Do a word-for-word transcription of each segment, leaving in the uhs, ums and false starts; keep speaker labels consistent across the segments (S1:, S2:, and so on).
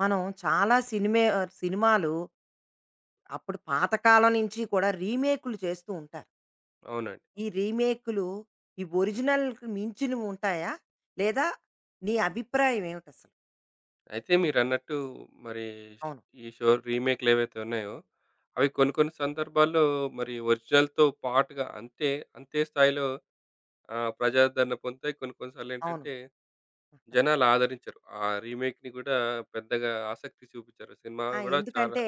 S1: మనం చాలా సినిమే సినిమాలు అప్పుడు పాతకాలం నుంచి కూడా రీమేకులు చేస్తూ ఉంటారు.
S2: అవునండి.
S1: ఈ రీమేకులు ఈ ఒరిజినల్‌కి మించినవి ఉంటాయా? లేదా నీ అభిప్రాయం ఏమిటసలు?
S2: అయితే మీరన్నట్టు మరి ష్
S1: అవును.
S2: ఈ షో రీమేక్‌లేవైతే ఉన్నాయో, అవి కొన్ని కొన్ని సందర్భాల్లో మరి ఒరిజినల్‌తో పాటుగా అంతే, అంతే స్థాయిలో ఆహ్, ప్రజాదరణ పొందుతాయి. కొన్ని కొన్ని
S1: అవును.
S2: సార్లేంటంటే జనాలు ఆదరించరు. ఆ రీమేక్‌ని కూడా పెద్దగా ఆసక్తి చూపించరు. సినిమా
S1: ఆ!
S2: గూడా చాలా
S1: ఎందుకంటే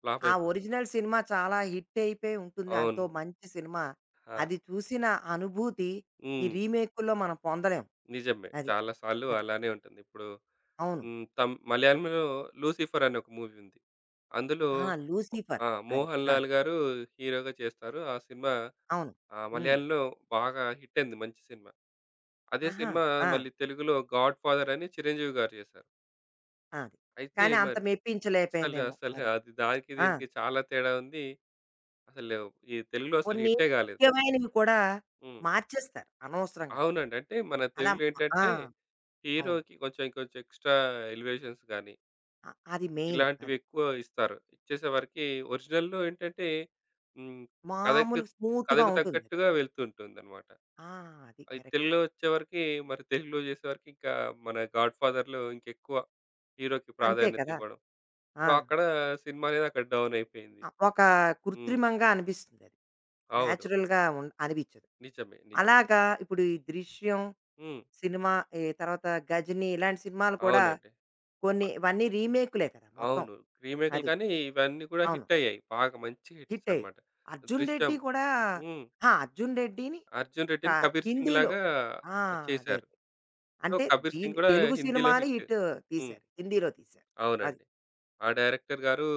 S2: ఫ్లాప్
S1: ఆ
S2: అయిపోతుంది.
S1: ఒరిజినల్ సినిమా చాలా హిట్ అయిపోయి ఉంటుంది. ఎంతో
S2: అవును.
S1: మంచి సినిమా.
S2: ఆ!
S1: అది చూసిన అనుభూతి ఈ
S2: హ్మ్.
S1: రీమేకుల్లో మనం పొందలేం.
S2: నిజమే.
S1: అది.
S2: చాలా సార్లు
S1: అది.
S2: అలానే ఉంటుంది. ఇప్పుడు
S1: అవును.
S2: హ్మ్. తమ్ మలయాళంలో 'లూసిఫర్' అనే ఒక మూవీ ఉంది. అందులో
S1: ఆ! 'లూసిఫర్'
S2: ఆ!
S1: అది.
S2: మోహన్
S1: ఆ!
S2: లాల్ గారు హీరోగా చేస్తారు. ఆ సినిమా
S1: అవును.
S2: ఆహ్,
S1: హ్మ్.
S2: మలయాళంలో బాగా హిట్ అయింది. మంచి సినిమా. అదే
S1: ఆహా!
S2: సినిమా
S1: ఆ!
S2: మళ్ళీ తెలుగులో 'గాడ్‌ఫాదర్' అని చిరంజీవి గారు చేశారు.
S1: అది.
S2: అయితే
S1: కానీ అంత
S2: మరి అసలు,
S1: మెప్పించలేకపోయిందేమో
S2: అసలు
S1: అది.
S2: అది దానికి
S1: ఆ!
S2: దీనికి చాలా తేడా ఉంది. అసలు ఈ తెలుగులో అసలు
S1: కొన్ని
S2: హిట్టే కాలేదు.
S1: ముఖ్యమైనవి కూడా
S2: హ్మ్.
S1: మార్చేస్తారు అనవసరంగా.
S2: అవునండి. అంటే మన
S1: అలా
S2: తెలుగులో
S1: ఆ!
S2: ఏంటంటే
S1: అవును.
S2: హీరోకి కొంచెం కొంచెం ఎక్స్‌ట్రా ఎలివేషన్స్ గాని
S1: అ అది మెయిన్
S2: ఇలాంటివి
S1: అది.
S2: ఎక్కువ ఇస్తారు. ఇచ్చేసేవరకి ఒరిజినల్‌లో ఏంటంటే హ్మ్. కథకి
S1: మామూలు స్మూత్‌గా
S2: కథకు
S1: ఉంటుందది.
S2: తగ్గట్టుగా వెళ్తుంటుందన్నమాట.
S1: ఆ! అది
S2: అది
S1: కరెక్ట్.
S2: తెలుగులో వచ్చేవరకి మరి తెలుగులో చేసేవరకి ఇంకా మన 'గాడ్ ఫాదర్'లో ఇంకెక్కువ హీరోకి
S1: అంతే
S2: ప్రాధాన్యత
S1: కదా!
S2: ఇవ్వడం. సో,
S1: ఆ!
S2: అక్కడ సినిమా అనేది అక్కడ డౌన్ అయిపోయింది.
S1: ఆహ్, ఒక
S2: హ్మ్.
S1: కృత్రిమంగా అనిపిస్తుందది.
S2: అవును.
S1: నేచురల్‌గా ఉన్ అనిపించదు.
S2: నిజమే. నిజమే.
S1: అలాగా ఇప్పుడు ఈ 'దృశ్యం'
S2: హ్మ్.
S1: సినిమా, ఈ తర్వాత 'గజినీ' ఇలాంటి సినిమాలు కూడా
S2: అవునండి. ప
S1: కొన్ని ఇవన్నీ రీమేక్‌లే కదా మొత్తం.
S2: అవును. రీమేక్‌లు
S1: అది.
S2: కానీ ఇవన్నీ కూడా
S1: అవును.
S2: హిట్ అయ్యాయి. బాగా మంచి హిట్స్
S1: హిట్టయ్యి.
S2: అన్నమాట.
S1: 'అర్జున్ రెడ్డి'
S2: 'దృశ్యం'
S1: కూడా
S2: హ్మ్.
S1: ఆ! 'అర్జున్ రెడ్డిని'
S2: 'అర్జున్
S1: క
S2: రెడ్డిని' 'కబీర్ సింగ్'
S1: హిందీలో
S2: లాగా
S1: ఆ! అదే.
S2: చేశారు.
S1: అదే.
S2: సో,
S1: అంటే
S2: 'కబీర్ సింగ్'
S1: దీని
S2: గూడా
S1: తెలుగు
S2: హిందీలో
S1: సినిమాని
S2: హిట్.
S1: హిట్
S2: హ్మ్.
S1: తీశారు. హిందీలో తీశారు. అది.
S2: అవునండి. ఆ డైరెక్టర్ గారు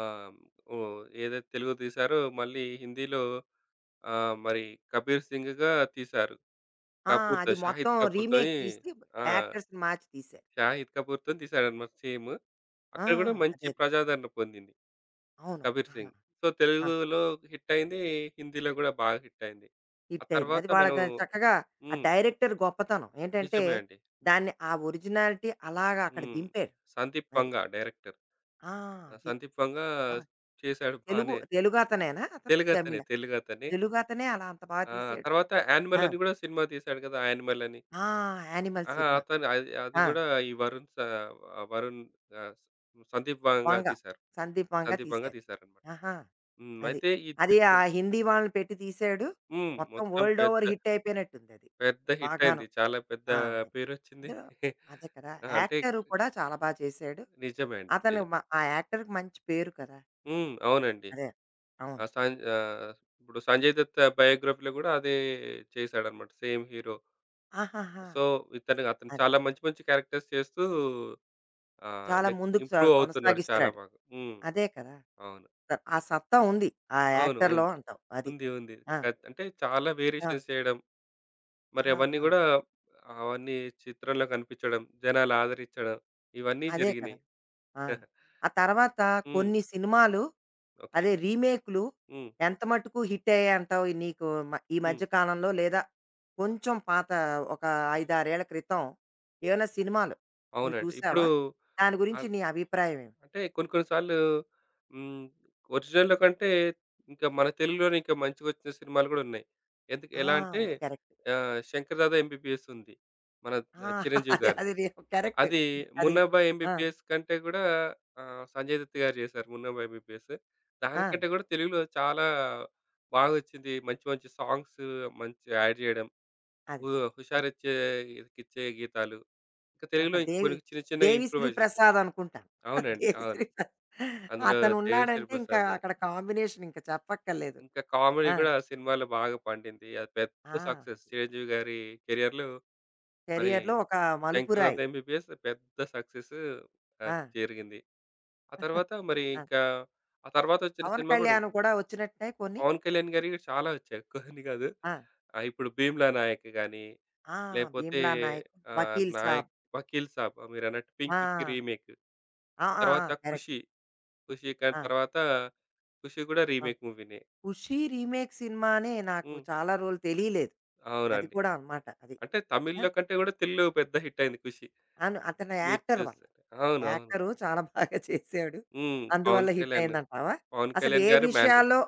S2: ఆహ్, ఓహ్, ఏదైతే తెలుగు తీశారో మళ్ళీ హిందీలో ఆహ్, మరి 'కబీర్ సింగ్‌గా' తీశారు.
S1: ఆ!
S2: కపూర్‌తో,
S1: అది
S2: షాహిద్
S1: మొత్తం రీమేక్
S2: కపూర్‌తోని
S1: తీసి
S2: ఆ!
S1: యాక్టర్స్‌ని మార్చి తీశారు.
S2: షాహిద్ కపూర్‌తోని తీశాడన్నమాట సేమ్.
S1: ఆ!
S2: అక్కడ గూడా మంచి
S1: అదే. అదే
S2: ప్రజాదరణ పొందింది
S1: అవును.
S2: 'కబీర్
S1: ఆహా!
S2: సింగ్'. సో,
S1: ఆ!
S2: తెలుగులో హిట్ అయింది. హిందీలో గూడా బాగా హిట్ అయింది. ఆ
S1: హిట్టయింది.
S2: తర్వాత
S1: అది
S2: మనం
S1: వాళ్ళకి చక్కగా ఆ
S2: హ్మ్.
S1: డైరెక్టర్ గొప్పతనం ఏంటంటే,
S2: నిజమే అండి.
S1: దాన్ని ఆ ఒరిజినాలిటీ అలాగా అక్కడ
S2: హ్మ్.
S1: దింపారు.
S2: సందీప్
S1: అది.
S2: పంగా డైరెక్టర్.
S1: ఆ!
S2: ఆ!
S1: అది.
S2: సందీప్ వంగ
S1: ఆ!
S2: చేశాడు
S1: తెలుగు
S2: బానే.
S1: తెలుగతనేనా అతను?
S2: తెలుగతనే.
S1: తమిళా?
S2: తెలుగతనే.
S1: తెలుగతనే అలా అంత బాగా
S2: ఆ!
S1: తీశాడు.
S2: తర్వాత
S1: ఆ!
S2: 'యానిమల్' అని గూడా సినిమా తీశాడు గదా! 'యానిమల్' అని.
S1: ఆ! యానిమల్
S2: అహా!
S1: సినిమా.
S2: అతను అది అది
S1: ఆ!
S2: గూడా ఈ వరుణ్ స ఆ, వరుణ్ ఆహ్, సందీప్ వంగ
S1: 'వంగ'
S2: తీశారు.
S1: సందీప్ 'వంగ'
S2: సందీప్ వంగ
S1: తీశారు.
S2: తీశారన్నమాట.
S1: ఆహా!
S2: హ్మ్.
S1: అది.
S2: అయితే ఈ
S1: అది ఆ
S2: దృశ్యం
S1: హిందీ వాళ్ళని పెట్టి తీశాడు.
S2: హ్మ్.
S1: మొత్తం
S2: మొత్తం
S1: వరల్డ్
S2: పెద్ద
S1: ఓవర్ హిట్ అయిపోయినట్టుందది.
S2: పెద్ద హిట్టయింది.
S1: బాగాను.
S2: చాలా పెద్ద
S1: ఆ! అదే.
S2: పేరొచ్చింది.
S1: అందులో అదే కదా!
S2: ఆ! అంటే
S1: యాక్టరు కూడా చాలా బా చేశాడు.
S2: నిజమే అండి. నిజమే.
S1: అతను మ ఆ యాక్టర్‌కి మంచి పేరు కదా! అసలు.
S2: హ్మ్. అవునండి.
S1: అదే. అవును.
S2: ఆ! సం ఆహ్, ఇప్పుడు సంజయ్ దత్ బయోగ్రఫీలో గూడా అదే చేశాడన్నమాట. Same hero.
S1: ఆహాహా!
S2: సో, ఇతను అతను
S1: అది.
S2: చాలా మంచి మంచి క్యారెక్టర్స్ చేస్తూ ఆహ్,
S1: చాలా
S2: నెక్
S1: ముందుకు సా
S2: ఇంప్రూవ్ అవుతున్నాడు చాలా
S1: కొనసాగిస్తున్నాడు.
S2: బాగా. హ్మ్.
S1: అదే కదా!
S2: అవును.
S1: స- ఆ సత్తా ఉంది. ఆ
S2: అవును.
S1: యాక్టర్‌లో
S2: ఉంది.
S1: అంటావు. అది.
S2: ఉంది. ఉంది.
S1: ఆ!
S2: కత్ అంటే చాలా
S1: ఆ!
S2: వేరియేషన్స్ చేయడం, మరి అవన్నీ
S1: ఆహాహా!
S2: గూడా అవన్నీ చిత్రంలో కనిపిచ్చడం, జనాలు ఆదరించడం ఇవన్నీ
S1: అదే కదా!
S2: జరిగినియి.
S1: ఆ!
S2: హ్మ్.
S1: ఆ తర్వాత కొన్ని సినిమాలు
S2: ఓకే.
S1: అదే రీమేక్‌లు
S2: హ్మ్.
S1: ఎంత మటుకు హిట్టయ్యాయంటావు? నీకు మ ఈ
S2: హ్మ్.
S1: మధ్య కాలంలో లేదా కొంచెం పాత ఒక ఐదు, ఆరు ఏళ్ల క్రితం ఏమైనా సినిమాలు నువ్వు
S2: అవునండి. ఇప్పుడు
S1: చూసావా? దాని
S2: ఆ
S1: గురించి నీ అభిప్రాయం ఏమిటి?
S2: అంటే కొన్ని కొన్ని సార్లు హ్మ్. ఒరిజినల్‌లో కంటే ఇంకా మన తెలుగులోనే ఇంకా మంచిగొచ్చిన సినిమాలు గూడా ఉన్నాయి. ఎందుకు
S1: ఆ!
S2: ఎలా అంటే
S1: అది కరెక్ట్.
S2: ఆహ్, 'శంకర్ దాదా ఎంబీబీఎస్' ఉంది. మన
S1: ఆ!
S2: ఆహ్, చిరంజీవి
S1: అది
S2: గారిది.
S1: అది నీ కరెక్ట్.
S2: అది
S1: అది.
S2: 'మున్నాబాయ్
S1: ఆ!
S2: ఎంబీబీఎస్' కంటే గూడా ఆహ్, సంజయ్ దత్ గారు జేశారు 'మున్నాబాయ్ ఎంబీబీఎస్.'
S1: ఆ!
S2: దానికంటే గూడా తెలుగులో చాలా బాగొచ్చింది. మంచి మంచి సాంగ్స్ మంచి యాడ్ జేయడం. హు
S1: అది. అదే.
S2: హుషారిచ్చే కిచ్చే గీతాలు. ఇంకా
S1: ఆహా!
S2: తెలుగులో ఇంకా
S1: దేవి
S2: కొన్ని చిన్న చిన్నగా
S1: దేవిశ్రీ
S2: ఇంప్రూవైజ్ చేశారు.
S1: ప్రసాద్ అనుకుంటాను.
S2: అవునండి. అవును.
S1: దేవిశ్రీ ప్రసాద్
S2: అందులో 'దేవిశ్రీ
S1: అతనున్నాడంటే ఇంకా
S2: ప్రసాద్'
S1: అక్కడ కాంబినేషన్ ఇంక చెప్పక్కర్లేదు.
S2: ఇంకా కామెడీ
S1: ఆ!
S2: గూడా సినిమాలో బాగా పండింది. అది పెద్ద
S1: ఆ!
S2: సక్సెస్. చిరంజీవి గారి కెరియర్‌లో మరి
S1: కెరియర్‌లో ఒక మలుపురాయి.
S2: 'శంకర్‌దాదా ఎంబీబీఎస్' పెద్ద సక్సెస్ ఆహ్,
S1: ఆ!
S2: జరిగింది. ఆ తర్వాత మరి
S1: ఆ!
S2: ఇంకా ఆ తర్వాత వచ్చిన
S1: పవన్
S2: సినిమా గూడా
S1: కళ్యాణ్
S2: ఉంది.
S1: కూడా వచ్చినట్టున్నాయి కొన్ని.
S2: పవన్ కళ్యాణ్ గారివి చాలా వచ్చాయి. కొన్ని గాదు.
S1: ఆ!
S2: ఆహ్, ఇప్పుడు 'భీమ్లా నాయక్' గాని,
S1: ఆ!
S2: లేపోతే
S1: 'భీమ్లా నాయక్',
S2: ఆహ్,
S1: 'వకీల్ సాబ్'
S2: 'నాయక్ వకీల్ సాబ్' మీరన్నట్టు
S1: ఆ!
S2: 'పింక్‌కి' రీమేక్.
S1: ఆ! ఆ!
S2: తర్వాత
S1: ఆ! కరెక్ట్.
S2: 'ఖుషి', 'ఖుషి' కానీ
S1: ఆ!
S2: తర్వాత 'ఖుషి' గూడా
S1: ఆ!
S2: రీమేక్ మూవీనే.
S1: 'ఖుషి' రీమేక్ సినిమానే నాకు
S2: హ్మ్.
S1: చాలా రోజులు తెలియలేదు. అది
S2: అవునండి.
S1: కూడా అనమాట అది.
S2: అంటే
S1: ఆ!
S2: తమిళ్‌లో కంటే గూడా తెలుగులో పెద్ద హిట్ అయింది 'ఖుషి'.
S1: అను అతను
S2: మీరు
S1: యాక్టర్ వల్ల.
S2: చూస్తే అవునవును.
S1: యాక్టరు చాలా బాగా చేసాడు.
S2: హ్మ్. పవన్
S1: అందువల్ల హిట్
S2: కళ్యాణ్,
S1: అయిందంటావా?
S2: పవన్
S1: అసలు
S2: కళ్యాణ్
S1: ఏ
S2: గారి మేనరిజం.
S1: విషయాల్లో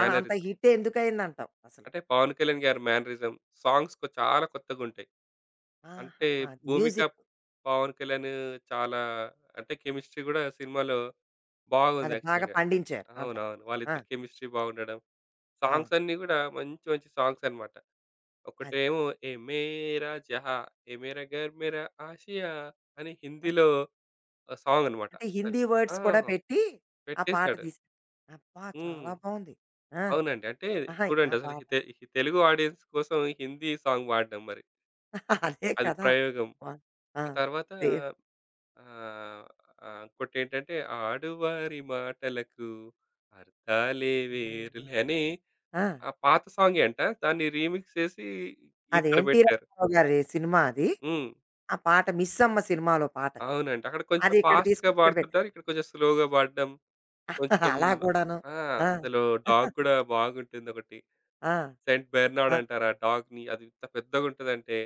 S1: అలా అంత హిట్ ఎందుకయిందంటావు అసలు?
S2: అంటే పవన్ కళ్యాణ్ గారి మేనరిజం సాంగ్స్ కొ చాలా కొత్తగుంటాయి. అంటే
S1: ఆహాహా! అది
S2: 'భూమిక'
S1: మ్యూజిక్.
S2: పవన్ కళ్యాణ్ చాలా అంటే కెమిస్ట్రీ గూడా సినిమాలో బాగుంది
S1: అది బాగా
S2: యాక్చువల్‌గా.
S1: పండించారు అంటాం.
S2: అవునవును.
S1: ఆ!
S2: వాళ్ళిద్దరి కెమిస్ట్రీ బాగుండడం.
S1: అవును.
S2: సాంగ్స్ అన్నీ గూడా మంచి మంచి సాంగ్స్ అన్నమాట.
S1: అది.
S2: ఒకటేమో ఏ మేరా జహా, ఏ మేరా ఘర్ మేరా ఆసియా అని
S1: ఆ!
S2: హిందీలో సాంగ్ అనమాట.
S1: అంటే
S2: అసలు.
S1: హిందీ
S2: ఆ!
S1: వర్డ్స్ కూడా పెట్టి ఆ పాట
S2: పెట్టేసాడు.
S1: తీశారు. అబ్బా!
S2: హ్మ్.
S1: చాలా బావుంది. ఆ!
S2: అవునండి. అంటే
S1: ఆహా! ఆ
S2: చూడండి అసలు
S1: పాట.
S2: ఈ తె ఈ తెలుగు ఆడియన్స్ కోసం ఈ హిందీ సాంగ్ వాడడం మరి.
S1: అదే
S2: అది
S1: కదా!
S2: ప్రయోగం.
S1: వా ఆ!
S2: ఆ తర్వాత
S1: రేవ్
S2: ఆహ్, ఆహ్, ఇంకోటేంటంటే ఆడువారి మాటలకు అర్థాలే వేరులే అని
S1: ఆ!
S2: ఆ పాత సాంగే అంట. దాన్ని రీమిక్స్ చేసి
S1: అది
S2: ఇక్కడ
S1: 'ఎన్టీ
S2: పెట్టారు.
S1: రామారావు' గారి సినిమా అది.
S2: హ్మ్.
S1: ఆ పాట 'మిస్సమ్మ' సినిమాలో పాటది.
S2: అవునండి. అక్కడ
S1: అది
S2: కొంచెం
S1: అది ఇక్కడ
S2: ఫాస్ట్‌గా
S1: తీసుకొచ్చి ఇక్కడ పెట్టారు.
S2: పాడుతుంటారు. ఇక్కడ కొంచెం స్లోగా పాడడం. కొంచెం
S1: అలా కూడాను.
S2: ఆ!
S1: ఆ!
S2: అందులో డాగ్ గూడా బాగుంటుందొకటి.
S1: ఆ!
S2: 'సెయింట్
S1: ఆ!
S2: బెర్నార్డ్' అంటారు ఆ డాగ్‌ని. అది ఎంత పెద్దగుంటదంటే,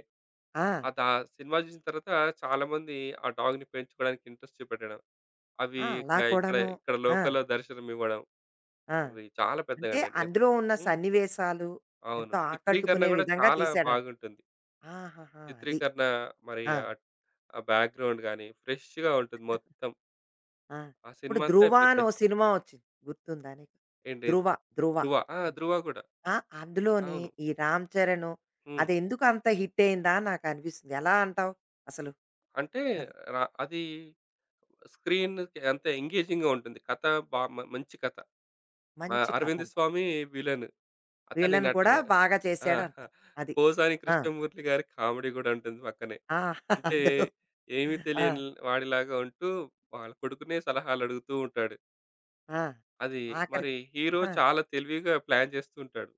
S1: ఆ!
S2: ఆ దా సినిమా జూసిన తర్వాత చాలామంది ఆ డాగ్‌ని పెంచుకోవడానికి ఇంట్రెస్ట్ చూపెట్టడం. అవి
S1: ఆ! అలా
S2: ఇక ఇక్కడ
S1: కూడాను.
S2: ఇక్కడ
S1: ఆ!
S2: లోకల్‌లో దర్శనమివ్వడం.
S1: ఆ!
S2: అవి చాలా
S1: అంటే
S2: పెద్దగానండి.
S1: అందులో ఉన్న
S2: హ్మ్.
S1: సన్నివేశాలు
S2: అవును.
S1: ఎంతో
S2: చిత్రీకరణ
S1: ఆకట్టుకునే
S2: గూడా
S1: విధంగా
S2: చాలా
S1: తీశాడంట.
S2: బాగుంటుంది.
S1: ఆహాహా! అది.
S2: చిత్రీకరణ మరి
S1: ఆ!
S2: ఆ ఆ బ్యాక్‌గ్రౌండ్ గాని ఫ్రెష్‌గా ఉంటుంది మొత్తం.
S1: ఆ!
S2: ఆ
S1: ఇప్పుడు
S2: సినిమా అంతా
S1: 'ధ్రువ'
S2: పెద్ద
S1: అని ఓ సినిమా వచ్చింది. గుర్తుందా నీకు? 'ధ్రువ,
S2: ఏంటేది
S1: ధ్రువ'
S2: 'ధ్రువ' ఆ!
S1: అని.
S2: 'ధ్రువ' గూడా.
S1: ఆ! అందులోని
S2: అవును.
S1: ఈ 'రామ్ చరణ్'
S2: హ్మ్.
S1: అది ఎందుకు అంత హిట్ అయిందా అని నాకనిపిస్తుంది. ఎలా అంటావు అసలు?
S2: అంటే
S1: అది.
S2: ర అది స్క్రీన్‌కి అంత ఎంగేజింగ్‌గా ఉంటుంది. కథ బా మ మంచి కథ. ఆహ్,
S1: మంచి కథ
S2: 'అరవింద్
S1: అంటావు.
S2: స్వామి' విలన్. అతని
S1: విలన్
S2: నటన.
S1: కూడా బాగా
S2: ఆ!
S1: చేశాడంటావు. అది.
S2: పోసాని
S1: ఆ!
S2: కృష్ణమూర్తి గారి కామెడీ గూడా ఉంటుంది పక్కనే.
S1: ఆ!
S2: అంటే
S1: అందులో
S2: ఏమీ
S1: ఆ!
S2: తెలియని వాడిలాగా ఉంటూ వాళ్ళ కొడుకునే సలహాలడుగుతూ ఉంటాడు.
S1: ఆ!
S2: అది మరి
S1: ఆఖరికి
S2: హీరో
S1: ఆ!
S2: చాలా తెలివిగా ప్లాన్ చేస్తూ ఉంటాడు.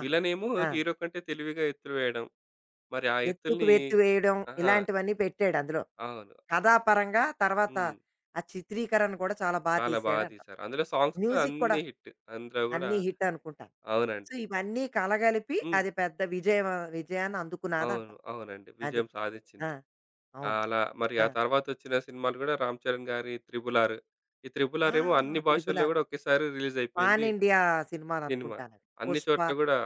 S1: ఆహా!
S2: విలనేమో
S1: ఆ!
S2: హీరో కంటే తెలివిగా ఎత్తులు వేయడం. మరి ఆ
S1: ఎత్తుకు
S2: ఎత్తుల్ని
S1: వెత్తు వేయడం
S2: ఆ!
S1: ఇలాంటివన్నీ పెట్టాడు అందులో.
S2: అవును.
S1: కథాపరంగా తర్వాత
S2: హ్మ్.
S1: ఆ చిత్రీకరణ కూడా చాలా బా
S2: చాలా బాగా
S1: తీశాడంటాం.
S2: తీశారు. అందులో సాంగ్స్ కూడా
S1: మ్యూజిక్ కూడా
S2: అన్నీ హిట్. అందులో గూడా
S1: అన్నీ హిట్ అనుకుంటాను.
S2: అవునండి.
S1: సో, ఇవన్నీ కలగలిపి
S2: హ్మ్.
S1: అది పెద్ద విజయం విజయాన్ని
S2: అవును.
S1: అందుకున్నాదంటాం.
S2: అవునండి.
S1: అది.
S2: విజయం
S1: ఆ!
S2: సాధిచ్చింది.
S1: అవును.
S2: అలా మరి ఆ
S1: ఆ!
S2: తర్వాతొచ్చిన సినిమాలు గూడా 'రామ్ చరణ్' గారి 'త్రిబుల్ ఆర్.' ఈ 'త్రిబుల్
S1: ఆ!
S2: ఆర్' ఏమో అన్ని
S1: 'త్రిబుల్
S2: భాషల్లో
S1: ఆర్'
S2: గూడా ఒకేసారి రిలీజ్
S1: పాన్
S2: అయిపోయింది
S1: ఇండియా
S2: సినిమా.
S1: సినిమాలనుకుంటానవి.
S2: అన్ని
S1: 'పుష్ప'
S2: చోట్ల గూడా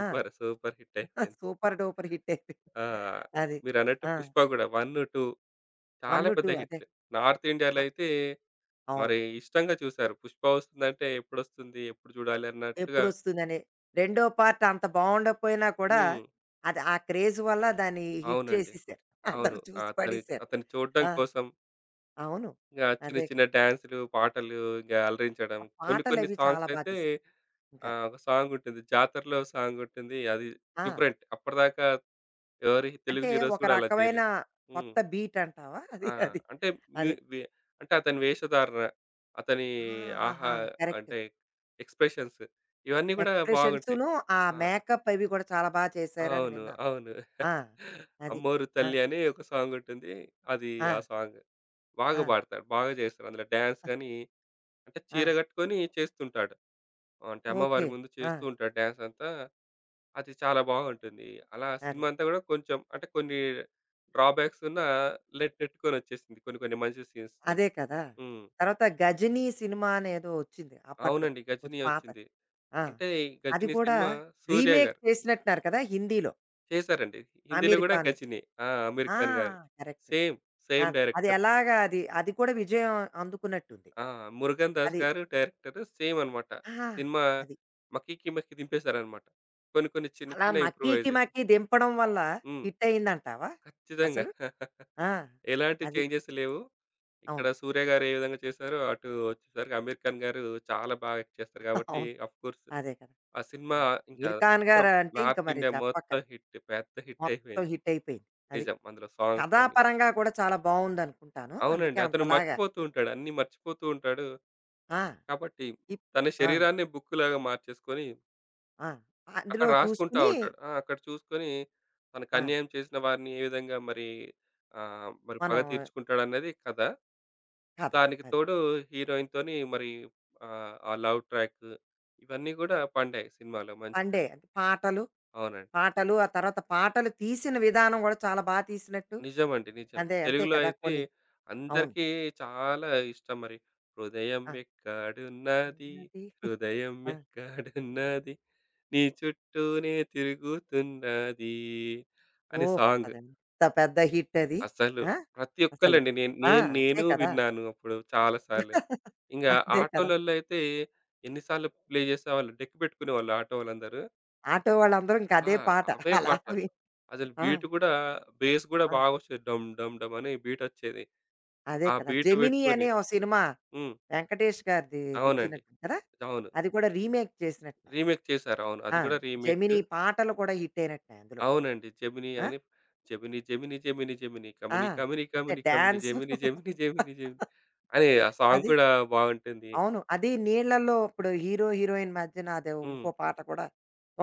S1: ఆ!
S2: సూపర్ హిట్ అయిపోయింది.
S1: సూపర్ డూపర్ హిట్ అయిపోయింది.
S2: ఆ!
S1: అది.
S2: మీరన్నట్టు
S1: ఆ!
S2: 'పుష్ప' గూడా ఒకటి, రెండు
S1: ఒకటి,
S2: చాలా
S1: రెండు
S2: పెద్ద
S1: అదే.
S2: హిట్‌లు. నార్త్ ఇండియాలో
S1: ఆ!
S2: అయితే
S1: అవును.
S2: మరి ఇష్టంగా చూసారు. 'పుష్ప' వస్తుందంటే ఎప్పుడొస్తుంది? ఎప్పుడు చూడాలి? అన్నట్టుగా
S1: ఎప్పుడొస్తుందని. రెండో పార్ట్ అంత బావుండకపోయినా కూడా,
S2: హ్మ్.
S1: అది ఆ క్రేజ్ వల్ల దాన్ని హిట్
S2: అవునండి.
S1: చేసేసారు. అందరూ
S2: అవును.
S1: చూసి
S2: అతని
S1: పడేసారు.
S2: అతన్ని చూడడం
S1: ఆ!
S2: కోసం
S1: అవును.
S2: ఇంగా చిన్న
S1: అదే
S2: చిన్న
S1: కదా!
S2: డాన్సులు, పాటలు ఇంగా అలరించడం.
S1: ఆ
S2: కొన్ని కొన్ని
S1: పాటలవి చాలా బా
S2: సాంగ్సయితే
S1: తీశారు ఇంకా.
S2: ఆహ్, ఒక సాంగుంటుంది. 'జాతరలో' సాంగుంటుంది. అది
S1: ఆ!
S2: డిఫరెంట్. అప్పటిదాకా ఎవరి తెలుగు
S1: అంటే
S2: హీరోస్
S1: ఒక
S2: గూడా అలా
S1: రకమైన
S2: చేయలేదు. హ్మ్.
S1: కొత్త బీట్ అంటావా?
S2: ఆ!
S1: అది అది.
S2: అంటే మ్యూ
S1: అది.
S2: వి అంటే అతని వేషధారణ, అతని ఆహా!
S1: ఆహాహా! కరెక్ట్.
S2: అంటే ఎక్స్‌ప్రెషన్స్ ఇవన్నీ గూడా బాగుంటాయి.
S1: ఎక్స్‌ప్రెషన్సును, ఆ
S2: ఆ!
S1: మేకప్ అవి కూడా చాలా బా చేశారని
S2: అవును.
S1: విన్నాను.
S2: అవును.
S1: ఆ! అది.
S2: 'అమ్మోరు
S1: ఆ!
S2: తల్లి' అని ఒక సాంగ్ ఉంటుంది. అది
S1: ఆ!
S2: ఆ సాంగ్. బాగా
S1: ఆ!
S2: పాడతాడు. బాగా చేస్తాడు. అందులో డాన్స్ గాని అంటే
S1: ఆ!
S2: చీర కట్టుకొని చేస్తుంటాడు. అంటే
S1: ఓకే.
S2: అమ్మవారి ముందు
S1: ఆ!
S2: చేస్తూ ఉంటాడు డాన్స్ అంతా. అది చాలా బాగుంటుంది. అలా సినిమా
S1: అది.
S2: అంతా కూడా కొంచెం అంటే కొన్ని డ్రాబ్యాక్స్ ఉన్నా లెట్టెట్టుకొనొచ్చేసింది. కొన్ని కొన్ని మంచి సీన్స్ తోని.
S1: అదే కదా!
S2: హ్మ్.
S1: తర్వాత 'గజనీ' సినిమా అనేదో వచ్చింది అప్పట్లో.
S2: అవునండి.
S1: కొంచెం
S2: 'గజిని'
S1: పాత.
S2: వచ్చింది.
S1: ఆ!
S2: అంటే ఈ
S1: అది
S2: 'గజిని'
S1: కూడా
S2: సినిమా సూర్య
S1: రీమేక్
S2: గారు
S1: చేసినట్టున్నారు కదా హిందీలో.
S2: చేశారండి. హిందీలో
S1: 'అమీర్
S2: కూడా
S1: ఖాన్.'
S2: 'గజిని.' ఆ! అమీర్
S1: ఆ!
S2: ఖాన్ గారు.
S1: కరెక్ట్.
S2: సేమ్. సేమ్
S1: అది. అది
S2: డైరెక్టర్.
S1: ఎలాగా అది అది కూడా విజయం అందుకున్నట్టుంది.
S2: ఆ! 'మురుగన్ దాస్'
S1: అది.
S2: గారు డైరెక్టర్ సేమ్ అన్నమాట.
S1: ఆ!
S2: సినిమా
S1: అది.
S2: మకికి మకి దింపేశారన్నమాట. కొన్ని కొన్ని చిన్న
S1: అలా
S2: చిన్న
S1: మక్కీకి
S2: ఇంప్రూవైజేషన్.
S1: మక్కీ దింపడం వల్ల
S2: హ్మ్.
S1: హిట్ అయిందంటావా
S2: ఖచ్చితంగా.
S1: అసలు? ఆ!
S2: ఎలాంటి
S1: అది.
S2: చేంజెస్ లేవు. ఇక్కడ
S1: అవును.
S2: 'సూర్య' గారు ఏ విధంగా చేశారో అటు వచ్చేసరికి 'అమీర్ ఖాన్' గారు చాలా బాగా యాక్ట్ చేస్తారు కాబట్టి
S1: అవును.
S2: ఆఫ్‌కోర్స్
S1: అదే కదా!
S2: ఆ సినిమా
S1: మరి
S2: ఇంకా
S1: 'అమీర్ ఖాన్'
S2: మొత్తం
S1: గారంటే ఇంక
S2: నార్త్
S1: మరి
S2: ఇండియా మొత్తం
S1: చెప్పక్కర్లేదు.
S2: హిట్. పెద్ద హిట్
S1: మొత్తం
S2: అయిపోయింది.
S1: హిట్ అయిపోయింది. అది.
S2: నిజం. అందులో సాంగ్స్ అన్నీ.
S1: కథాపరంగా కూడా చాలా బావుందనుకుంటాను. అందుకే
S2: అవునండి. అతను
S1: అంతలాగా
S2: మర్చిపోతూ ఉంటాడు. అన్నీ మర్చిపోతూ ఉంటాడు.
S1: ఆ!
S2: కాబట్టి
S1: ఇప్
S2: తన
S1: ఆ!
S2: శరీరాన్నే బుక్ లాగా మార్చేసుకొని
S1: ఆ!
S2: అక్కడ
S1: అందులో
S2: రాసుకుంటా
S1: చూసుకుని
S2: ఉంటాడు. ఆ! అక్కడ చూసుకొని తనకు
S1: ఆ!
S2: అన్యాయం చేసిన వారిని ఏ విధంగా మరి ఆహ్, మరి పగ
S1: మనం
S2: తీర్చుకుంటాడన్నది కథ.
S1: కథ
S2: దానికి
S1: అది.
S2: తోడు హీరోయిన్‌తోని మరి ఆహ్, ఆ లవ్ ట్రాక్ ఇవన్నీ గూడా పండాయి సినిమాలో
S1: పండే
S2: మంచిగా.
S1: అంటే పాటలు,
S2: అవునండి.
S1: పాటలు ఆ తర్వాత పాటలు తీసిన విధానం గూడా చాలా బా తీసినట్టు.
S2: నిజమండి. నిజం.
S1: అదే అంతే
S2: తెలుగులో
S1: కదా!
S2: అయితే
S1: కొన్ని అవును.
S2: అందరికీ చాలా ఇష్టం మరి. హృదయం
S1: ఆ!
S2: ఎక్కడున్నది,
S1: ఉన్నది
S2: హృదయం
S1: ఆ!
S2: ఎక్కడున్నది, నీ చుట్టూనే తిరుగుతున్నది అని
S1: ఓహ్!
S2: సాంగ్.
S1: అదెంత పెద్ద హిట్ అది.
S2: అసలు
S1: ఆ!
S2: ప్రతి
S1: అసలు
S2: ఒక్కళ్ళండి. నేను
S1: ఆ!
S2: నేను
S1: అంతే
S2: నేను
S1: కదా!
S2: విన్నాను అప్పుడు చాలా సార్లు. ఇంగా
S1: అంతే కదా!
S2: ఆటోలలో అయితే ఎన్ని సార్లు ప్లే చేసేవాళ్ళు. డెక్ పెట్టుకునేవాళ్ళు ఆటో వాళ్ళందరూ.
S1: ఆటో వాళ్ళందరూ ఇంక
S2: ఆ!
S1: అదే పాట.
S2: అవే
S1: అలా
S2: పాటలు.
S1: అవి
S2: అసలు
S1: ఆ!
S2: బీట్ గూడా, బేస్ గూడా
S1: ఆ!
S2: బాగొచ్చేది. డమ్ డమ్ డమ్ అని బీటొచ్చేది.
S1: అదే
S2: ఆ
S1: కదా!
S2: బీట్
S1: 'జెమినీ'
S2: పెట్టుకొని
S1: అనే ఓ సినిమా
S2: హ్మ్.
S1: వెంకటేష్ గారిది
S2: అవునండి.
S1: వచ్చినట్టుంది కదా!
S2: అవును.
S1: అది కూడా రీమేక్ చేసినట్టున్నారు.
S2: రీమేక్ చేశారు. అవును. అది
S1: ఆ!
S2: గూడా రీమేక్.
S1: 'జెమినీ' పాటలు కూడా హిట్ అయినట్టున్నాయి అందులో.
S2: అవునండి. 'జెమినీ'
S1: ఆ!
S2: అని 'జెమినీ జెమినీ జెమినీ జెమినీ
S1: ఆ!
S2: కమినీ కమినీ
S1: అంటే
S2: Kamini Kamini
S1: dance
S2: Gemini Gemini Gemini Gemini' అని ఆ సాంగ్
S1: అది.
S2: కూడా బాగుంటుంది.
S1: అవును. అది నీళ్ళలో ఇప్పుడు హీరో, హీరోయిన్ మధ్యన అదో
S2: హ్మ్.
S1: ఇంకో పాట కూడా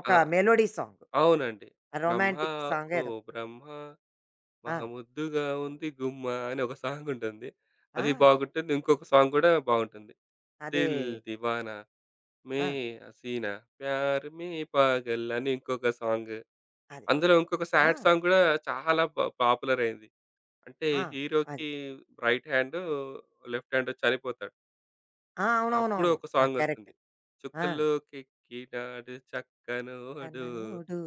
S1: ఒక
S2: ఆ!
S1: Melody song.
S2: అవునండి. 'బ్రహ్మ
S1: రొమాంటిక్ సాంగ్
S2: ఓ
S1: ఏదో.
S2: బ్రహ్మ
S1: ఆ!
S2: మహాముద్దుగా ఉంది గుమ్మ' అని ఒక సాంగ్ ఉంటుంది.
S1: ఆ!
S2: అది బాగుంటుంది. ఇంకొక సాంగ్ కూడా బాగుంటుంది.
S1: అదే.
S2: 'దిల్ దివానా మే
S1: ఆ!
S2: హసీనా ప్యార్ మే పాగల్' అని ఇంకొక సాంగ్.
S1: అదే.
S2: అందులో ఇంకొక
S1: ఆ!
S2: సాడ్ సాంగ్ కూడా చాలా పా పాపులర్ అయింది. అంటే
S1: ఆ! అది.
S2: హీరోకి రైట్ హ్యాండ్, లెఫ్ట్ హ్యాండ్ చనిపోతాడు.
S1: ఆ!
S2: అప్పుడు
S1: అవునవునవును.
S2: ఒక
S1: ఆ!
S2: సాంగొస్తుంది.
S1: కరెక్ట్. ఆ!
S2: 'చుక్కల్లోకి ఎక్కినాడు చక్కనోడు,
S1: 'కన్నోడు'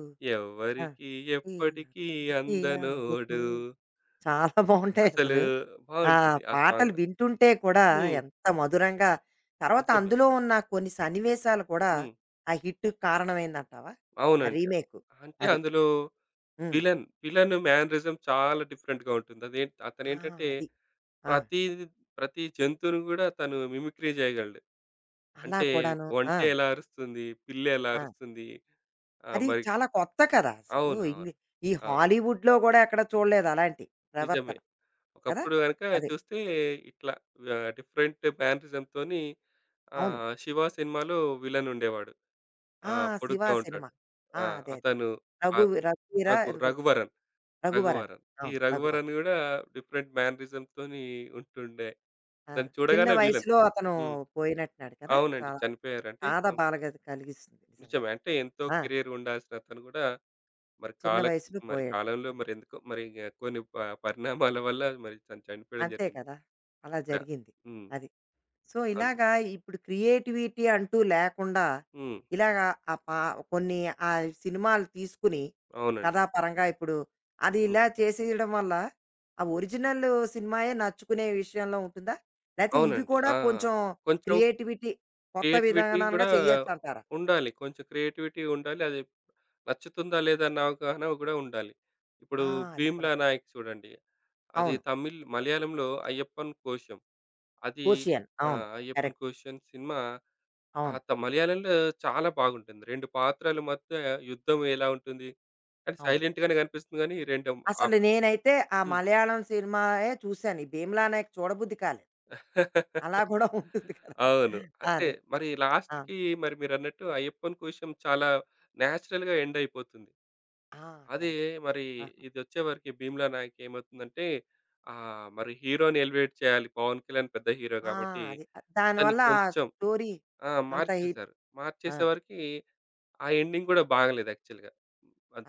S1: ఆ!
S2: ఎవ్వరికీ
S1: ఈ
S2: ఎప్పటికీ
S1: అక్కడికి అందుకు
S2: అందనోడు'
S1: చాలా బావుంటాయి
S2: అసలు
S1: అసలు. ఆ
S2: బావుంటది ఆ
S1: పాటలు
S2: సాంగ్.
S1: వింటుంటే కూడా
S2: హ్మ్.
S1: ఎంత మధురంగా తర్వాత
S2: నిజమే.
S1: అందులో ఉన్న కొన్ని సన్నివేశాలు కూడా
S2: హ్మ్.
S1: ఆ హిట్‌కి కారణమైందంటావా? ఆ
S2: అవునండి.
S1: రీమేకు
S2: అంటే
S1: అది.
S2: అందులో
S1: హ్మ్.
S2: విలన్, విలన్ మేనరిజం చాలా డిఫరెంట్‌గా ఉంటుంది. అదేం
S1: ఆ!
S2: అతనేంటంటే
S1: అది. ఆ!
S2: ప్రతీది ప్రతి జంతువుని గూడా తను మిమిక్రీ చేయగలడు.
S1: అలా
S2: అంటే
S1: కూడాను. ఆ!
S2: ఒంటె ఎలా అరుస్తుంది, పిల్లి ఎలా
S1: ఆ!
S2: అరుస్తుంది, ఆహ్,
S1: అది
S2: మరి
S1: చాలా కొత్త కదా! అసలు
S2: అవునవును. అవును.
S1: ఇంగ్ ఈ
S2: అవును
S1: హాలీవుడ్‌లో గూడా ఎక్కడ చూడలేదు అలాంటి
S2: నిజమే.
S1: ప్రవర్తన. కదా!
S2: ఒకప్పుడు గనుక
S1: అది.
S2: చూస్తే ఇట్లా ఆహ్, డిఫరెంట్ మేనరిజం‌తోని
S1: అవును.
S2: ఆహ్, 'శివ' సినిమాలో విలన్ ఉండేవాడు.
S1: ఆ!
S2: ఆ! పొడుగ్గా
S1: 'శివ'
S2: ఉంటాడు.
S1: సినిమా. ఆ!
S2: ఆ!
S1: అదే అదే.
S2: అతను
S1: రఘు
S2: ఆహ్,
S1: రఘువీర
S2: రఘు
S1: ఏదో
S2: రఘువరన్,
S1: రఘువరన్.
S2: రఘువరన్. ఈ
S1: అవును. రఘువరన్.
S2: రఘువరన్ గూడా డిఫరెంట్ మేనరిజం‌తోని ఉంటుండే.
S1: ఆ!
S2: అతన్ని
S1: చిన్న
S2: చూడగానే విలన్.
S1: వయసులో అతను
S2: హ్మ్.
S1: పోయినట్టున్నాడు కదా!
S2: అవునండి.
S1: చాలా
S2: చనిపోయారు. అంటే
S1: చాలా
S2: హ్మ్.
S1: బాధ కలిగిస్తుంది నిజంగా.
S2: నిజమే. అంటే ఎంతో
S1: ఆ!
S2: కెరీర్ ఉండాల్సిన అతను గూడా మరి
S1: చిన్న
S2: కాల
S1: వయసులో
S2: మరి
S1: పోయాడు.
S2: కాలంలో మరెందుకో మరి ఇంకా కొన్ని ప పరిణామాల వల్ల మరి తను చనిపోవడం
S1: అంతే
S2: జరిగింది.
S1: కదా! అలా
S2: ఇలా.
S1: జరిగింది.
S2: హ్మ్.
S1: అది. సో,
S2: అవును.
S1: ఇలాగా ఇప్పుడు క్రియేటివిటీ అంటూ లేకుండా,
S2: హ్మ్.
S1: ఇలాగా ఆ పా కొన్ని ఆ సినిమాలు తీసుకుని,
S2: అవునండి.
S1: కథాపరంగా ఇప్పుడు అది
S2: హ్మ్.
S1: ఇలా చేసేయడం వల్ల, ఆ ఒరిజినల్ సినిమాయే నచ్చుకునే విషయంలో ఉంటుందా? లేతే ఇవి
S2: అవునండి.
S1: కూడా
S2: ఆ!
S1: కొంచెం
S2: కొంచెం
S1: క్రియేటివిటీ కొత్త
S2: క్రియేటివిటీ
S1: విధానంగా
S2: గూడా
S1: చెయ్యొచ్చంటారా?
S2: ఉండాలి. కొంచెం క్రియేటివిటీ ఉండాలి. అది నచ్చుతుందా లేదా అన్న అవగాహన గూడా ఉండాలి. ఇప్పుడు
S1: ఆ! అది కూడా.
S2: 'భీమ్లా నాయక్' చూడండి. అది
S1: అవును.
S2: తమిళ్ మలయాళంలో 'అయ్యప్పన్ కోశం' అది
S1: 'కోషియన్'
S2: ఆ!
S1: అవును.
S2: 'అయ్యప్పన్
S1: కరెక్ట్.
S2: కోశం' సినిమా ఆ
S1: అవును.
S2: త మలయాళంలో చాలా బాగుంటుంది. రెండు పాత్రల మధ్య యుద్ధం ఎలా ఉంటుంది, అది
S1: అవును.
S2: సైలెంట్ గానే కనిపిస్తుంది గానీ, రెండు
S1: అసలు
S2: ఆప్
S1: నేనైతే ఆ
S2: హ్మ్.
S1: మలయాళం సినిమాయే చూశాను. ఈ 'భీమ్లా నాయక్' చూడబుద్ధి కాలేదు. అలా కూడా ఉంటుంది కదా!
S2: అవును. అంతే.
S1: అదే.
S2: మరి
S1: ఆ!
S2: లాస్ట్‌కి మరి మీరన్నట్టు అయ్యప్పన్ కోశం చాలా నేచురల్‌గా ఎండ్ అయిపోతుంది.
S1: ఆ!
S2: అదే
S1: కరెక్ట్.
S2: మరి
S1: ఆహా!
S2: ఇదొచ్చేవరకి 'భీమ్లా నాయక్' ఏమవుతుందంటే ఆహ్, మరి హీరోని ఎలివేట్ చేయాలి. 'పవన్ కళ్యాణ్' పెద్ద హీరో
S1: ఆ!
S2: కాబట్టి
S1: అది. అ-
S2: అతన్ని
S1: దానివల్ల ఆ
S2: కొంచెం
S1: స్టోరీ
S2: ఆ!
S1: అంత హిట్
S2: మార్చేశారు.
S1: ఆ!
S2: మార్చేసేవరకి ఆ ఎండింగ్ గూడా బాగాలేదు యాక్చువల్‌గా.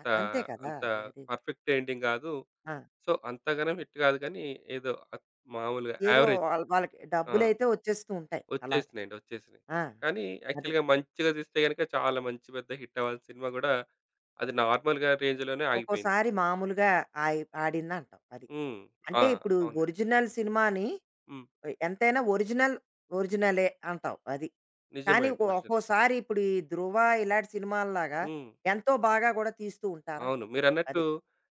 S1: అ అంతే కదా!
S2: అంత
S1: అదే అది.
S2: పర్ఫెక్ట్ ఎండింగ్ గాదు.
S1: ఆ!
S2: సో, అంతగనం హిట్ గాదు కానీ ఏదో అత్ మామూలుగా
S1: ఏదో
S2: యావరేజ్.
S1: వాళ్ళ వాళ్ళకి
S2: ఆ!
S1: డబ్బులైతే వచ్చేస్తూ ఉంటాయి. అలాగా.
S2: వచ్చేసినాయండి. వచ్చేసినాయి.
S1: ఆ!
S2: కానీ
S1: అదే.
S2: యాక్చువల్‌గా మంచిగా తీస్తే గనుక చాలా మంచి పెద్ద హిట్ అవ్వాల్సిన సినిమా గూడా అది నార్మల్‌గా రేంజ్‌లోనే ఆగిపోయింది.
S1: ఒక్కోసారి మామూలుగా ఆయి ఆడిందంటావు. అది.
S2: హ్మ్. ఆ!
S1: అంటే ఇప్పుడు
S2: అవునండి.
S1: ఒరిజినల్ సినిమాని
S2: హ్మ్.
S1: ఎంతైనా ఒరిజినల్, ఒరిజినలే అంటావు. అది.
S2: నిజమే
S1: కానీ
S2: అండి.
S1: ఒ
S2: ఒరిజినల్.
S1: ఒక్కోసారి ఇప్పుడు ఈ 'ధ్రువ' ఇలాంటి సినిమాల్లాగా
S2: హ్మ్.
S1: ఎంతో బాగా కూడా తీస్తూ
S2: అవును.
S1: ఉంటారంటావు.
S2: మీరన్నట్టు
S1: అది.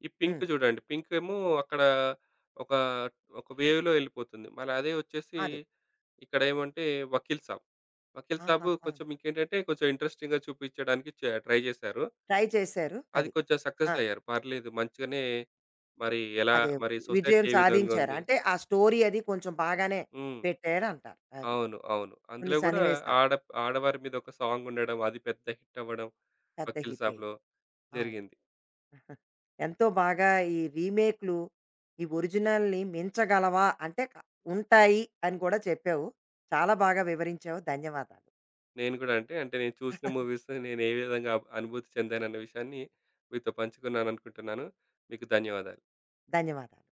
S2: ఈ 'పింక్'
S1: హ్మ్.
S2: చూడండి. 'పింక్' ఏమో అక్కడ ఒక, ఒక వేవ్‌లో ఎళ్ళిపోతుంది. మళ్ళ అదే వచ్చేసి
S1: అది.
S2: ఇక్కడ ఏమంటే 'వకీల్ సాబ్.' 'వకీల్ సాబ్'
S1: ఆహాహా!
S2: కొంచెం ఇంకేంటంటే కొంచెం ఇంట్రెస్టింగ్‌గా చూపించడానికి చ ట్రై చేశారు.
S1: ట్రై చేశారు.
S2: అది
S1: అది.
S2: కొంచెం
S1: ఆ!
S2: సక్సెస్ అయ్యారు. పర్లేదు మంచిగానే మరి ఎలా
S1: అదే
S2: మరి సొసైటీ
S1: విజయం
S2: ఏ విధంగా
S1: సాధించారు.
S2: ఉంది?
S1: అంటే ఆ స్టోరీ అది కొంచెం బాగానే
S2: హ్మ్.
S1: పెట్టారంటారు. అది.
S2: అవును. అవును.
S1: కొన్ని
S2: అందులో గూడా
S1: సన్నివేశాలు.
S2: ఆడ ఆడవారి మీద ఒక సాంగ్ ఉండడం. అది పెద్ద హిట్ అవ్వడం
S1: పెద్ద
S2: 'వకీల్
S1: హిట్ అయింది.
S2: సాబ్‌లో'
S1: అవును.
S2: జరిగింది.
S1: ఎంతో బాగా ఈ రీమేక్‌లు ఈ ఒరిజినల్‌ని మించగలవా? అంటే క ఉంటాయి అని కూడా చెప్పావు. చాలా బాగా వివరించావు. ధన్యవాదాలు.
S2: నేను గూడా అంటే, అంటే నేను చూసిన మూవీస్ నేను ఏ విధంగా అబ్- అనుభూతి చెందానన్న విషయాన్ని మీతో పంచుకున్నాననుకుంటున్నాను. మీకు ధన్యవాదాలు.
S1: ధన్యవాదాలు.